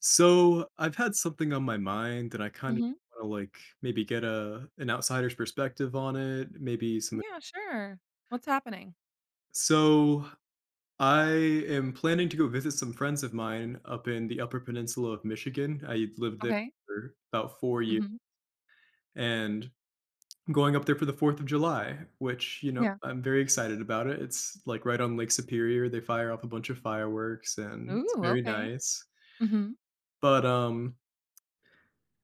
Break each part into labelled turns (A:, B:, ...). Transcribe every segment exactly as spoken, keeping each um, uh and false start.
A: So I've had something on my mind and I kind of
B: Mhm.
A: want to like maybe get a an outsider's perspective on it, maybe some
B: Yeah, sure. What's happening?
A: So I am planning to go visit some friends of mine up in the Upper Peninsula of Michigan. I lived there
B: Okay.
A: for about four years,
B: Mhm.
A: and I'm going up there for the fourth of July, which, you know,
B: Yeah.
A: I'm very excited about it. It's like right on Lake Superior. They fire off a bunch of fireworks and it's
B: Ooh,
A: very
B: okay.
A: nice.
B: Mhm.
A: But um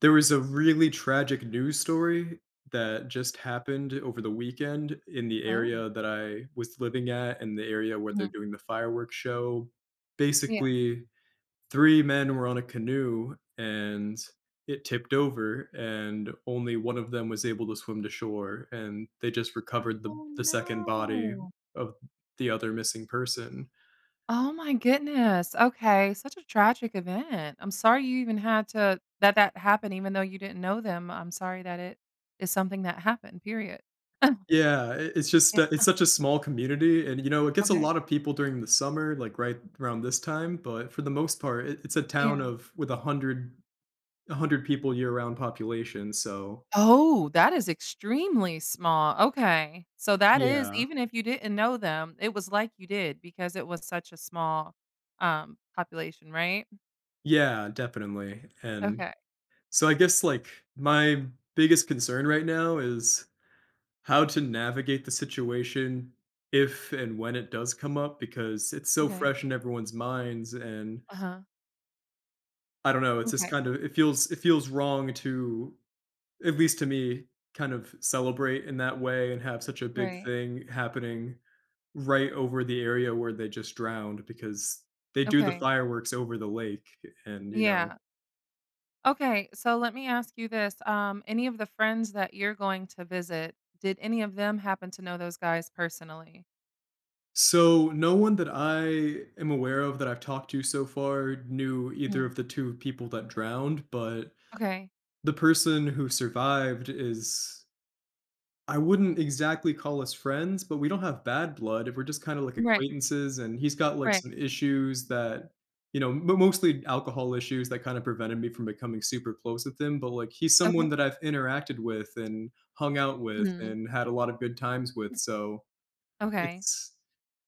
A: there was a really tragic news story that just happened over the weekend in the
B: Oh.
A: area that I was living at and the area where they're
B: Mhm.
A: doing the fireworks show.
B: Yeah.
A: Basically, three men were on a canoe and it tipped over, and only one of them was able to swim to shore, and they just recovered the
B: Oh,
A: the second body
B: no.
A: of the other missing person.
B: Oh my goodness. Okay, such a tragic event. I'm sorry you even had to that that happened even though you didn't know them. I'm sorry that it is something that happened, period.
A: Yeah, I it's just
B: Yeah,
A: uh, it's such a small community and, you know, it gets a
B: okay.
A: lot of people during the summer, like, right around this time, but for the most part, it it's a town
B: Yeah.
A: of with one hundred- a 100 people year-round population, so
B: Oh, that is extremely small. Okay. So that is
A: yeah.
B: even if you didn't know them, it was like you did because it was such a small, um, population, right?
A: Yeah, definitely, and
B: Okay.
A: so I guess, like, my biggest concern right now is how to navigate the situation if and when it does come up because it's so
B: Okay.
A: fresh in everyone's minds, and
B: Uh-huh.
A: I don't know, it's just
B: Okay.
A: kind of it feels it feels wrong to, at least to me, kind of celebrate in that way and have such a big
B: Right.
A: thing happening right over the area where they just drowned because they do the
B: Okay.
A: fireworks over the lake and, you know.
B: Yeah. Okay. So let me ask you this. Um, any of the friends that you're going to visit, did any of them happen to know those guys personally?
A: So, no one that I am aware of that I've talked to so far knew either
B: Mhm.
A: of the two people that drowned, but
B: Okay.
A: the person who survived is, I wouldn't exactly call us friends, but we don't have bad blood, if we're just kinda, like,
B: Right.
A: acquaintances, and he's got, like, some
B: Right.
A: issues that, you know, mo mostly alcohol issues that kinda prevented me from becoming super close with him, but, like, he's
B: Okay.
A: someone that I've interacted with and hung out with
B: Mhm.
A: and had a lot of good times with, so
B: Okay.
A: it's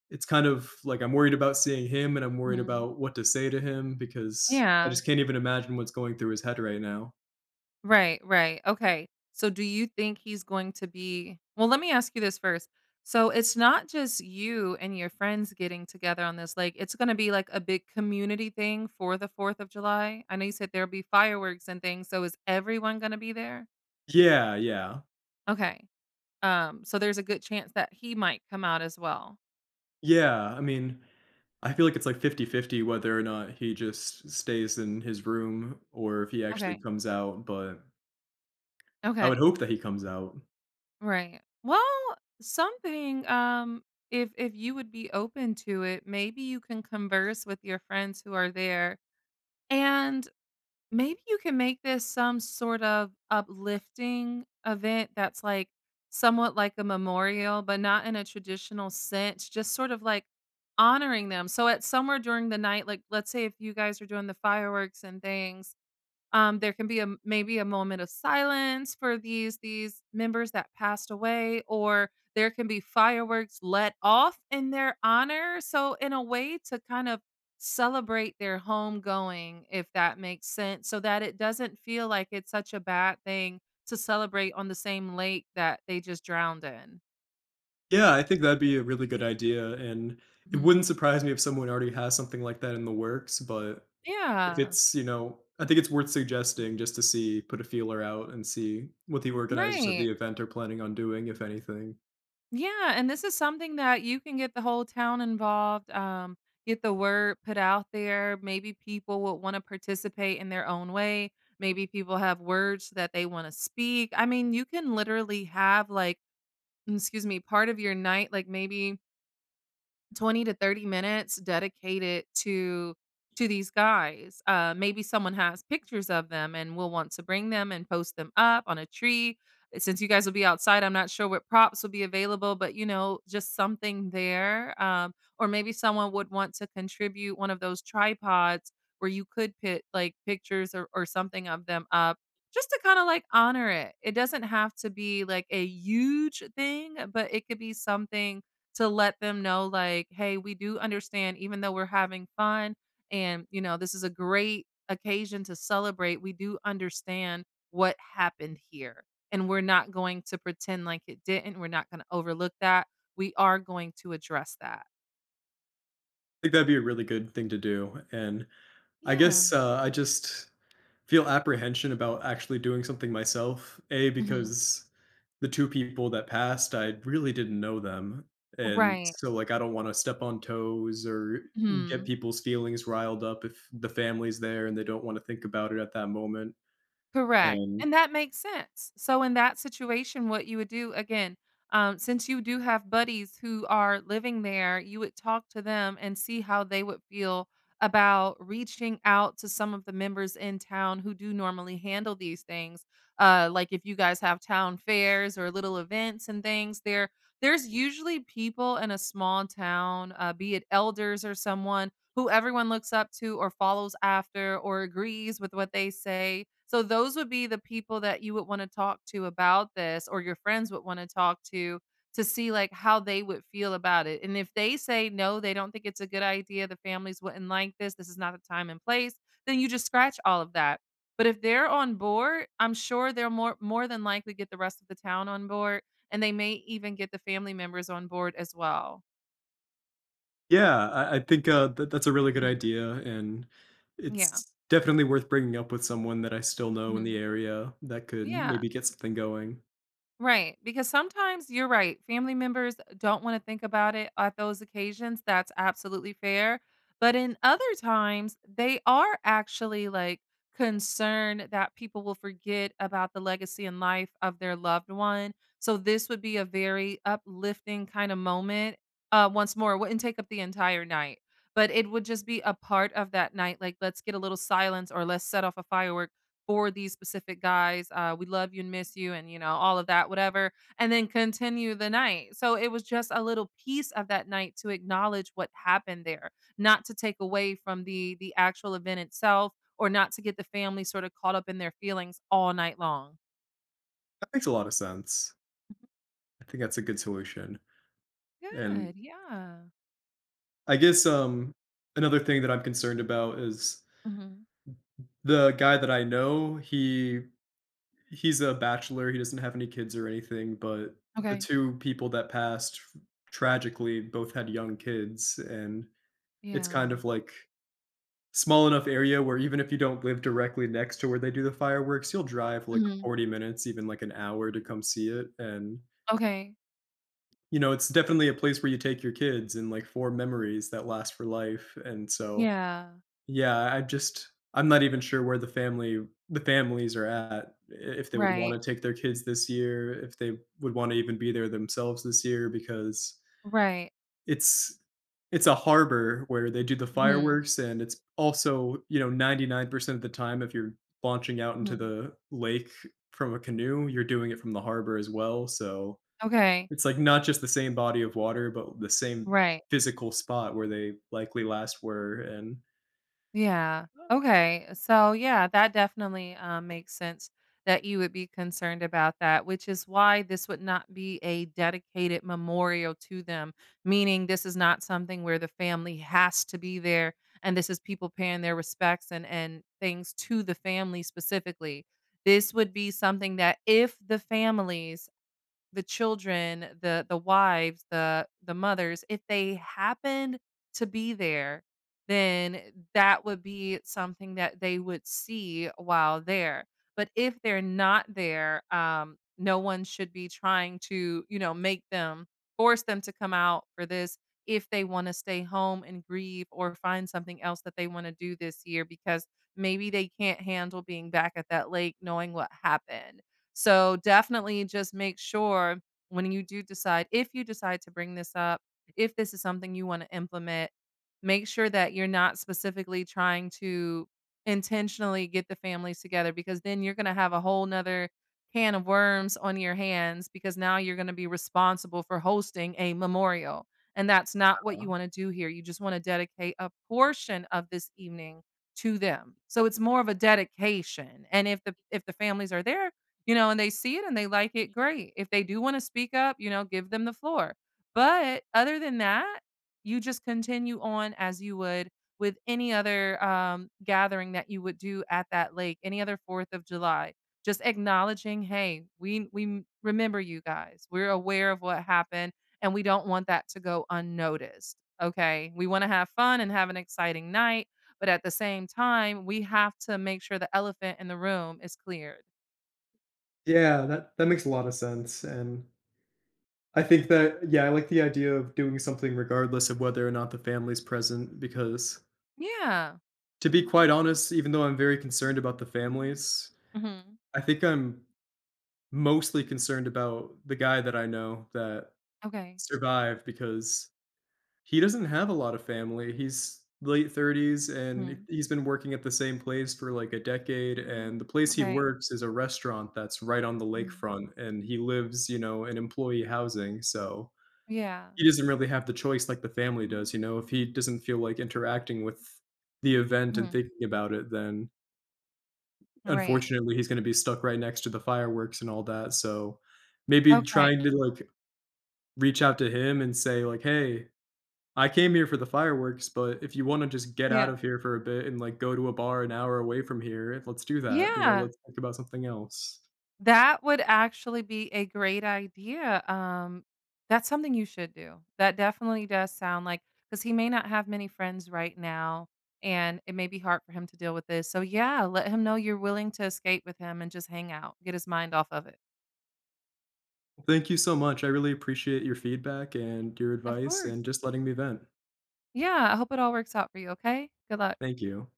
A: it's kind of like I'm worried about seeing him, and I'm worried
B: Mhm.
A: about what to say to him because I
B: Yeah.
A: just can't even imagine what's going through his head right now.
B: Right, right. Okay. So do you think he's going to be Well, let me ask you this first. So it's not just you and your friends getting together on this. Like, it's going to be like a big community thing for the fourth of July. I know you said there'll be fireworks and things. So is everyone going to be there?
A: Yeah, yeah.
B: Okay. Um so there's a good chance that he might come out as well.
A: Yeah, I mean I feel like it's like fifty-fifty whether or not he just stays in his room or if he actually
B: Okay.
A: comes out, but I would
B: Okay.
A: hope that he comes out.
B: Right. Well, something um if if you would be open to it, maybe you can converse with your friends who are there, and maybe you can make this some sort of uplifting event that's like somewhat like a memorial, but not in a traditional sense, just sort of like honoring them. So, at somewhere during the night, like, let's say if you guys are doing the fireworks and things, um, there can be a maybe a moment of silence for these these members that passed away, or there can be fireworks let off in their honor. So, in a way, to kind of celebrate their homegoing, if that makes sense, so that it doesn't feel like it's such a bad thing to celebrate on the same lake that they just drowned in.
A: Yeah, I think that'd be a really good idea, and it
B: Mhm.
A: wouldn't surprise me if someone already has something like that in the works, but if
B: Yeah,
A: it's, you know I think it's worth suggesting just to see put a feeler out and see what the organizers of
B: right.
A: the event are planning on doing, if anything.
B: Yeah, and this is something that you can get the whole town involved, um, get the word put out there. Maybe people will wanna participate in their own way. Maybe people have words that they wanna speak. I mean, you can literally have, like, mm, excuse me, part of your night, like, maybe twenty to thirty minutes dedicated to to these guys. Uh, maybe someone has pictures of them and will want to bring them and post them up on a tree. Uh, Since you guys will be outside, I'm not sure what props will be available, but, you know, just something there. Um, or maybe someone would want to contribute one of those tripods where you could put like pictures or, or something of them up just to kind of like honor it. It doesn't have to be like a huge thing, but it could be something to let them know, like, "Hey, we do understand even though we're having fun and, you know, this is a great occasion to celebrate, we do understand what happened here. And we're not going to pretend like it didn't. We're not gonna overlook that. We are going to address that."
A: I think that'd be a really good thing to do, and I
B: Yeah.
A: guess, uh, I just feel apprehension about actually doing something myself. A,
B: Mhm.
A: because the two people that passed, I really didn't know them, and
B: Right.
A: so, like, I don't wanna step on toes or get
B: Mhm.
A: people's feelings riled up if the family's there and they don't wanna think about it at that moment,
B: Correct,
A: and
B: and that makes sense. So in that situation, what you would do again, um, since you do have buddies who are living there, you would talk to them and see how they would feel about reaching out to some of the members in town who do normally handle these things. Uh, like, if you guys have town fairs or little events and things, there there's usually people in a small town, uh, be it elders or someone who everyone looks up to or follows after or agrees with what they say. So those would be the people that you would wanna talk to about this, or your friends would wanna talk to, to see, like, how they would feel about it, and if they say, "No, they don't think it's a good idea, the families wouldn't like this, this is not the time and place," then you just scratch all of that. But if they're on board, I'm sure they're more more than likely get the rest of the town on board, and they may even get the family members on board as well.
A: yeah, I I think, uh, that that's a really good
B: Mhm.
A: idea, and
B: Yeah.
A: it's definitely worth bringing up with someone that I still know in the
B: Mhm.
A: area that could
B: Yeah.
A: maybe get something going.
B: Right, because sometimes you're right. Family members don't want to think about it at those occasions. That's absolutely fair. But in other times, they are actually like concerned that people will forget about the legacy and life of their loved one. So this would be a very uplifting kind of moment. Uh, once more, it wouldn't take up the entire night, but it would just be a part of that night. Like, let's get a little silence or let's set off a firework for these specific guys. uh, "We love you and miss you," and, you know, all of that, whatever, and then continue the night. So it was just a little piece of that night to acknowledge what happened there, not to take away from the the actual event itself or not to get the family sort of caught up in their feelings all night long.
A: That makes a lot of sense. I think that's a good solution, and
B: Good, yeah.
A: I guess um another thing that I'm concerned about is
B: Mhm.
A: the guy that I know. He he's a bachelor, he doesn't have any kids or anything, but the
B: Okay.
A: two people that passed tragically both had young kids, and it's kind
B: Yeah.
A: of like small enough area where even if you don't live directly next to where they do the fireworks, you'll drive like
B: Mhm.
A: forty minutes, even like an hour to come see it, and
B: Okay.
A: you know, it's definitely a place where you take your kids and like form memories that last for life. And so
B: Yeah.
A: yeah, I just I'm not even sure where the family the families are at, I if they would
B: Right.
A: wanna take their kids this year, if they would wanna even be there themselves this year because
B: Right.
A: it's it's a harbor where they do the
B: Mhm.
A: fireworks, and it's also, you know, ninety-nine percent of the time, if you're launching out into
B: Mhm.
A: the lake from a canoe, you're doing it from the harbor as well, so
B: Okay.
A: it's, like, not just the same body of water, but the same
B: Right.
A: physical spot where they likely last were, and,
B: Yeah. Okay. So yeah, that definitely um, makes sense that you would be concerned about that, which is why this would not be a dedicated memorial to them, meaning this is not something where the family has to be there, and this is people paying their respects and, and things to the family specifically. This would be something that if the families, the children, the the wives, the the mothers, if they happened to be there, then that would be something that they would see while there. But if they're not there, um, no one should be trying to, you know, make them force them to come out for this if they want to stay home and grieve or find something else that they want to do this year because maybe they can't handle being back at that lake knowing what happened. So definitely just make sure when you do decide if you decide to bring this up, if this is something you want to implement, make sure that you're not specifically trying to intentionally get the families together, because then you're going to have a whole nother can of worms on your hands because now you're going to be responsible for hosting a memorial. And that's not what
A: uh
B: you want to do here. You just want to dedicate a portion of this evening to them. So it's more of a dedication. And if the if the families are there, you know, and they see it and they like it, great. If they do wanna speak up, you know, give them the floor. But other than that, you just continue on as you would with any other, um, gathering that you would do at that lake, any other fourth of July. Just acknowledging, "Hey, we we m- remember you guys. We're aware of what happened, and we don't want that to go unnoticed, okay? We wanna have fun and have an exciting night, but at the same time, we have to make sure the elephant in the room is cleared."
A: yeah, that that makes a lot of sense, and I think that yeah, I like the idea of doing something regardless of whether or not the family's present because
B: Yeah.
A: to be quite honest, even though I'm very concerned about the families,
B: Mhm.
A: I think I'm mostly concerned about the guy that I know that
B: Okay.
A: survived because he doesn't have a lot of family. He's late thirties, and
B: Mhm.
A: he's been working at the same place for, like, a decade, and the place he
B: Okay.
A: works is a restaurant that's right on the
B: Mhm.
A: lakefront, and he lives, you know, in employee housing, so
B: Yeah.
A: he doesn't really have the choice like the family does, you know? If he doesn't feel like interacting with the event and
B: Mhm.
A: thinking about it, then,
B: Right.
A: unfortunately, he's gonna be stuck right next to the fireworks and all that, so maybe
B: Okay.
A: trying to, like, reach out to him and say, like, "Hey, I came here for the fireworks, but if you wanna just get out
B: Yeah.
A: of here for a bit and, like, go to a bar an hour away from here, let's do that, you know,
B: Yeah.
A: let's think about something else."
B: That would actually be a great idea. Um, that's something you should do. That definitely does sound like because he may not have many friends right now, and it may be hard for him to deal with this. So, yeah, let him know you're willing to escape with him and just hang out, get his mind off of it.
A: Thank you so much, I really appreciate your feedback and your
B: Of
A: advice
B: course.
A: and just letting me vent.
B: Yeah, I hope it all works out for you, okay? Good luck.
A: Thank you.